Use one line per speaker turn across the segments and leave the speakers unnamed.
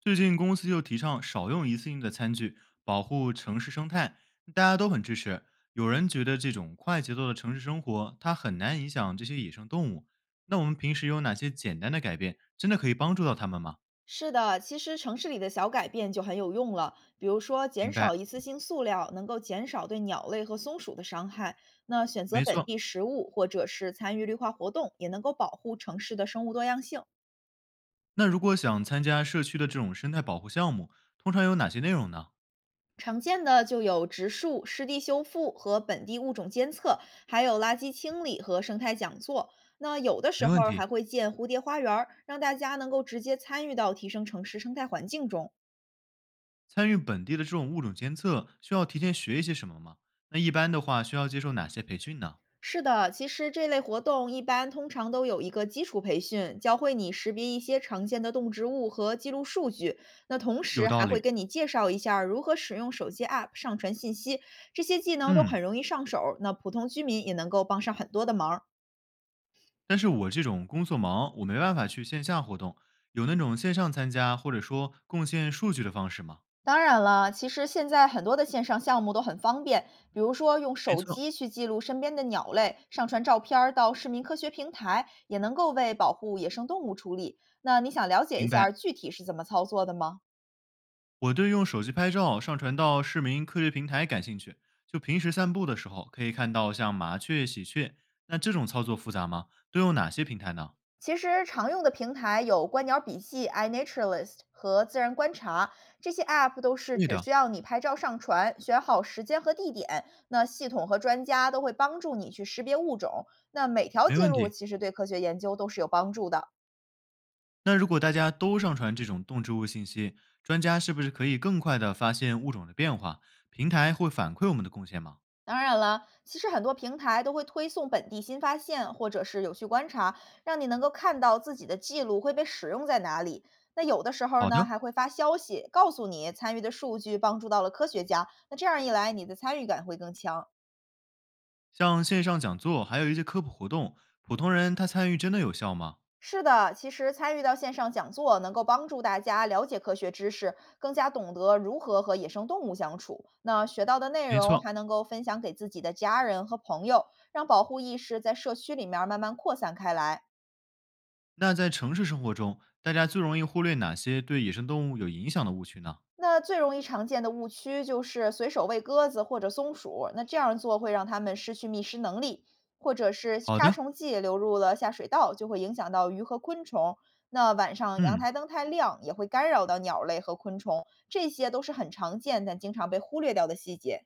最近公司又提倡少用一次性的餐具，保护城市生态，大家都很支持。有人觉得这种快节奏的城市生活，它很难影响这些野生动物。那我们平时有哪些简单的改变，真的可以帮助到他们吗？
是的，其实城市里的小改变就很有用了，比如说减
明白，
少一次性塑料，能够减少对鸟类和松鼠的伤害。那选择
没
本
错。
地食物或者是参与绿化活动，也能够保护城市的生物多样性。
那如果想参加社区的这种生态保护项目，通常有哪些内容呢？
常见的就有植树、湿地修复和本地物种监测，还有垃圾清理和生态讲座。那有的
没
时候
问
儿还
题。
会建蝴蝶花园儿，让大家能够直接参与到提升城市生态环境中。
参与本地的这种物种监测，需要提前学一些什么吗？那一般的话，需要接受哪些培训呢？
是的，其实这类活动一般通常都有一个基础培训，教会你识别一些常见的动植物和记录数据。那同时
有道
还会
理。
跟你介绍一下儿如何使用手机 App 上传信息，这些技能都
嗯，
很容易上手，那普通居民也能够帮上很多的忙儿。
但是我这种工作忙，我没办法去线下活动，有那种线上参加或者说贡献数据的方式吗？
当然了，其实现在很多的线上项目都很方便，比如说用
没
手
错，
机去记录身边的鸟类，上传照片儿到市民科学平台，也能够为保护野生动物出力。那你想了解一
明
下
白。
儿具体是怎么操作的吗？
我对用手机拍照上传到市民科学平台感兴趣，就平时散步的时候可以看到像麻雀、喜鹊，那这种操作复杂吗？都用哪些平台呢？
其实常用的平台有观鸟笔记、iNaturalist 和自然观察，这些 App 都是
对
只
的，
需要你拍照上传，选好时间和地点，那系统和专家都会帮助你去识别物种。那每条
没
记
问
录
题。
其实对科学研究都是有帮助的。
那如果大家都上传这种动植物信息，专家是不是可以更快地发现物种的变化？平台会反馈我们的贡献吗？
当然了，其实很多平台都会推送本地新发现或者是有趣观察，让你能够看到自己的记录会被使用在哪里。那有的时候
好
呢，
的，
还会发消息告诉你参与的数据帮助到了科学家。那这样一来，你的参与感会更强。
像线上讲座，还有一些科普活动，普通人他参与真的有效吗？
是的，其实参与到线上讲座能够帮助大家了解科学知识，更加懂得如何和野生动物相处。那学到的内
没
容
错，
还能够分享给自己的家人和朋友，让保护意识在社区里面慢慢扩散开来。
那在城市生活中，大家最容易忽略哪些对野生动物有影响的误区呢？
那最容易常见的误区就是随手喂鸽子或者松鼠，那这样做会让它们失去觅食能力，或者是
好
杀
的，
虫剂流入了下水道，就会影响到鱼和昆虫。那晚上阳
嗯，
台灯太亮也会干扰到鸟类和昆虫，这些都是很常见但经常被忽略掉的细节。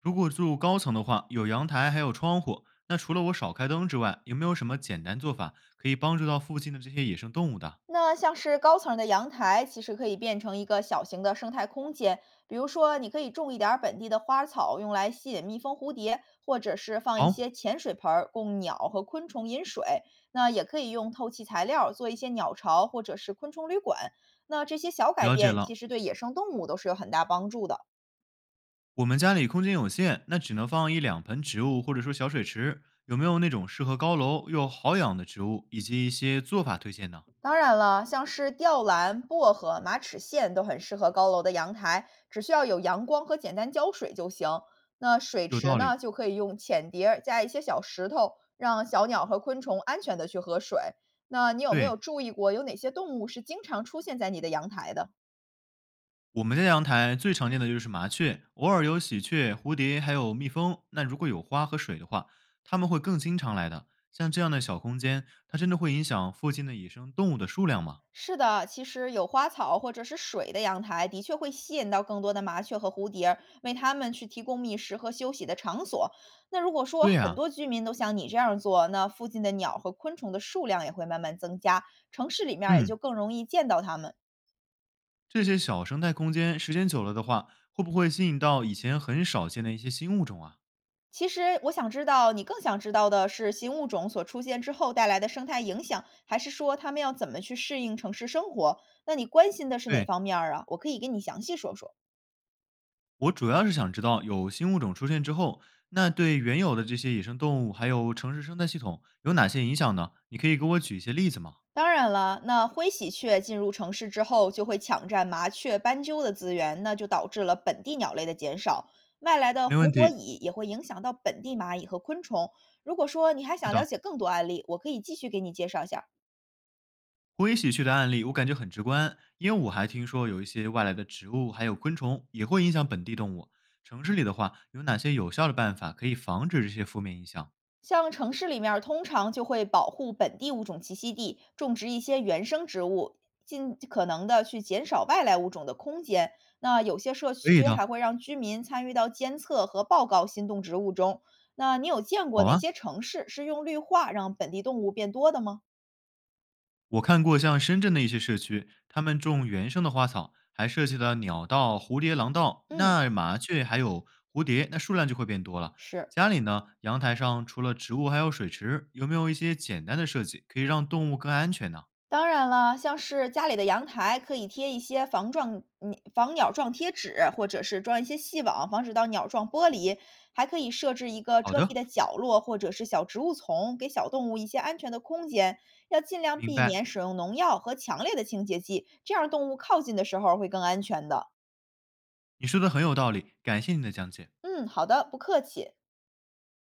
如果住高层的话，有阳台还有窗户，那除了我少开灯之外，有没有什么简单做法可以帮助到附近的这些野生动物的？
那像是高层儿的阳台，其实可以变成一个小型的生态空间。比如说，你可以种一点儿本地的花草，用来吸引蜜蜂、蝴蝶，或者是放一
好，
些潜水盆儿，供鸟和昆虫饮水。那也可以用透气材料做一些鸟巢，或者是昆虫旅馆。那这些小改
了解
变，其
了。
实对野生动物都是有很大帮助的。
我们家里空间有限，那只能放一两盆植物或者说小水池。有没有那种适合高楼又好养的植物以及一些做法推荐呢？
当然了，像是吊兰、薄荷、马齿苋都很适合高楼的阳台，只需要有阳光和简单浇水就行。那水
有
池
道理。
呢，就可以用浅碟儿加一些小石头，让小鸟和昆虫安全的去喝水。那你有没
对，
有注意过，有哪些动物是经常出现在你的阳台的？
我们家阳台最常见的就是麻雀，偶尔有喜鹊、蝴蝶，还有蜜蜂。那如果有花和水的话，它们会更经常来的。像这样的小空间，它真的会影响附近的野生动物的数量吗？
是的，其实有花草或者是水的阳台，的确会吸引到更多的麻雀和蝴蝶，为它们去提供觅食和休息的场所。那如果说
对
很
啊，
多居民都像你这样做，那附近的鸟和昆虫的数量也会慢慢增加，城市里面儿也就
嗯，
更容易见到它们。
这些小生态空间时间久了的话，会不会吸引到以前很少见的一些新物种啊？
其实我想知道，你更想知道的是新物种所出现之后带来的生态影响，还是说它们要怎么去适应城市生活？那你关心的是哪
对，
方面儿啊？我可以跟你详细说说。
我主要是想知道，有新物种出现之后，那对原有的这些野生动物还有城市生态系统有哪些影响呢？你可以给我举一些例子吗？
当然了，那灰喜鹊进入城市之后，就会抢占麻雀、斑鸠的资源，那就导致了本地鸟类的减少。外来的
没问
红火
题，
蚁也会影响到本地蚂蚁和昆虫。如果说你还
是
想了
的。
解更多案例，我可以继续给你介绍一下。
灰喜鹊的案例我感觉很直观，因为我还听说有一些外来的植物还有昆虫也会影响本地动物。城市里的话，有哪些有效的办法可以防止这些负面影响？
像城市里面儿通常就会保护本地物种栖息地，种植一些原生植物，尽可能的去减少外来物种的空间。那有些社区
可以的，
还会让居民参与到监测和报告新动植物中。那你有见过
好
哪
啊。
些城市是用绿化让本地动物变多的吗？
我看过像深圳的一些社区，他们种原生的花草，还设计了鸟道、蝴蝶廊道，
嗯，
那麻雀还有蝴蝶，那数量就会变多了。
是。
家里呢，阳台上除了植物还有水池，有没有一些简单的设计可以让动物更安全呢？
当然了，像是家里的阳台可以贴一些防撞防鸟撞贴纸，或者是装一些细网，防止到鸟撞玻璃。还可以设置一个
好
遮蔽
的，
的角落，或者是小植物丛，给小动物一些安全的空间。要尽量
明
避
白。
免使用农药和强烈的清洁剂，这样动物靠近的时候会更安全的。
你说的很有道理，感谢你的讲解。
嗯，好的，不客气。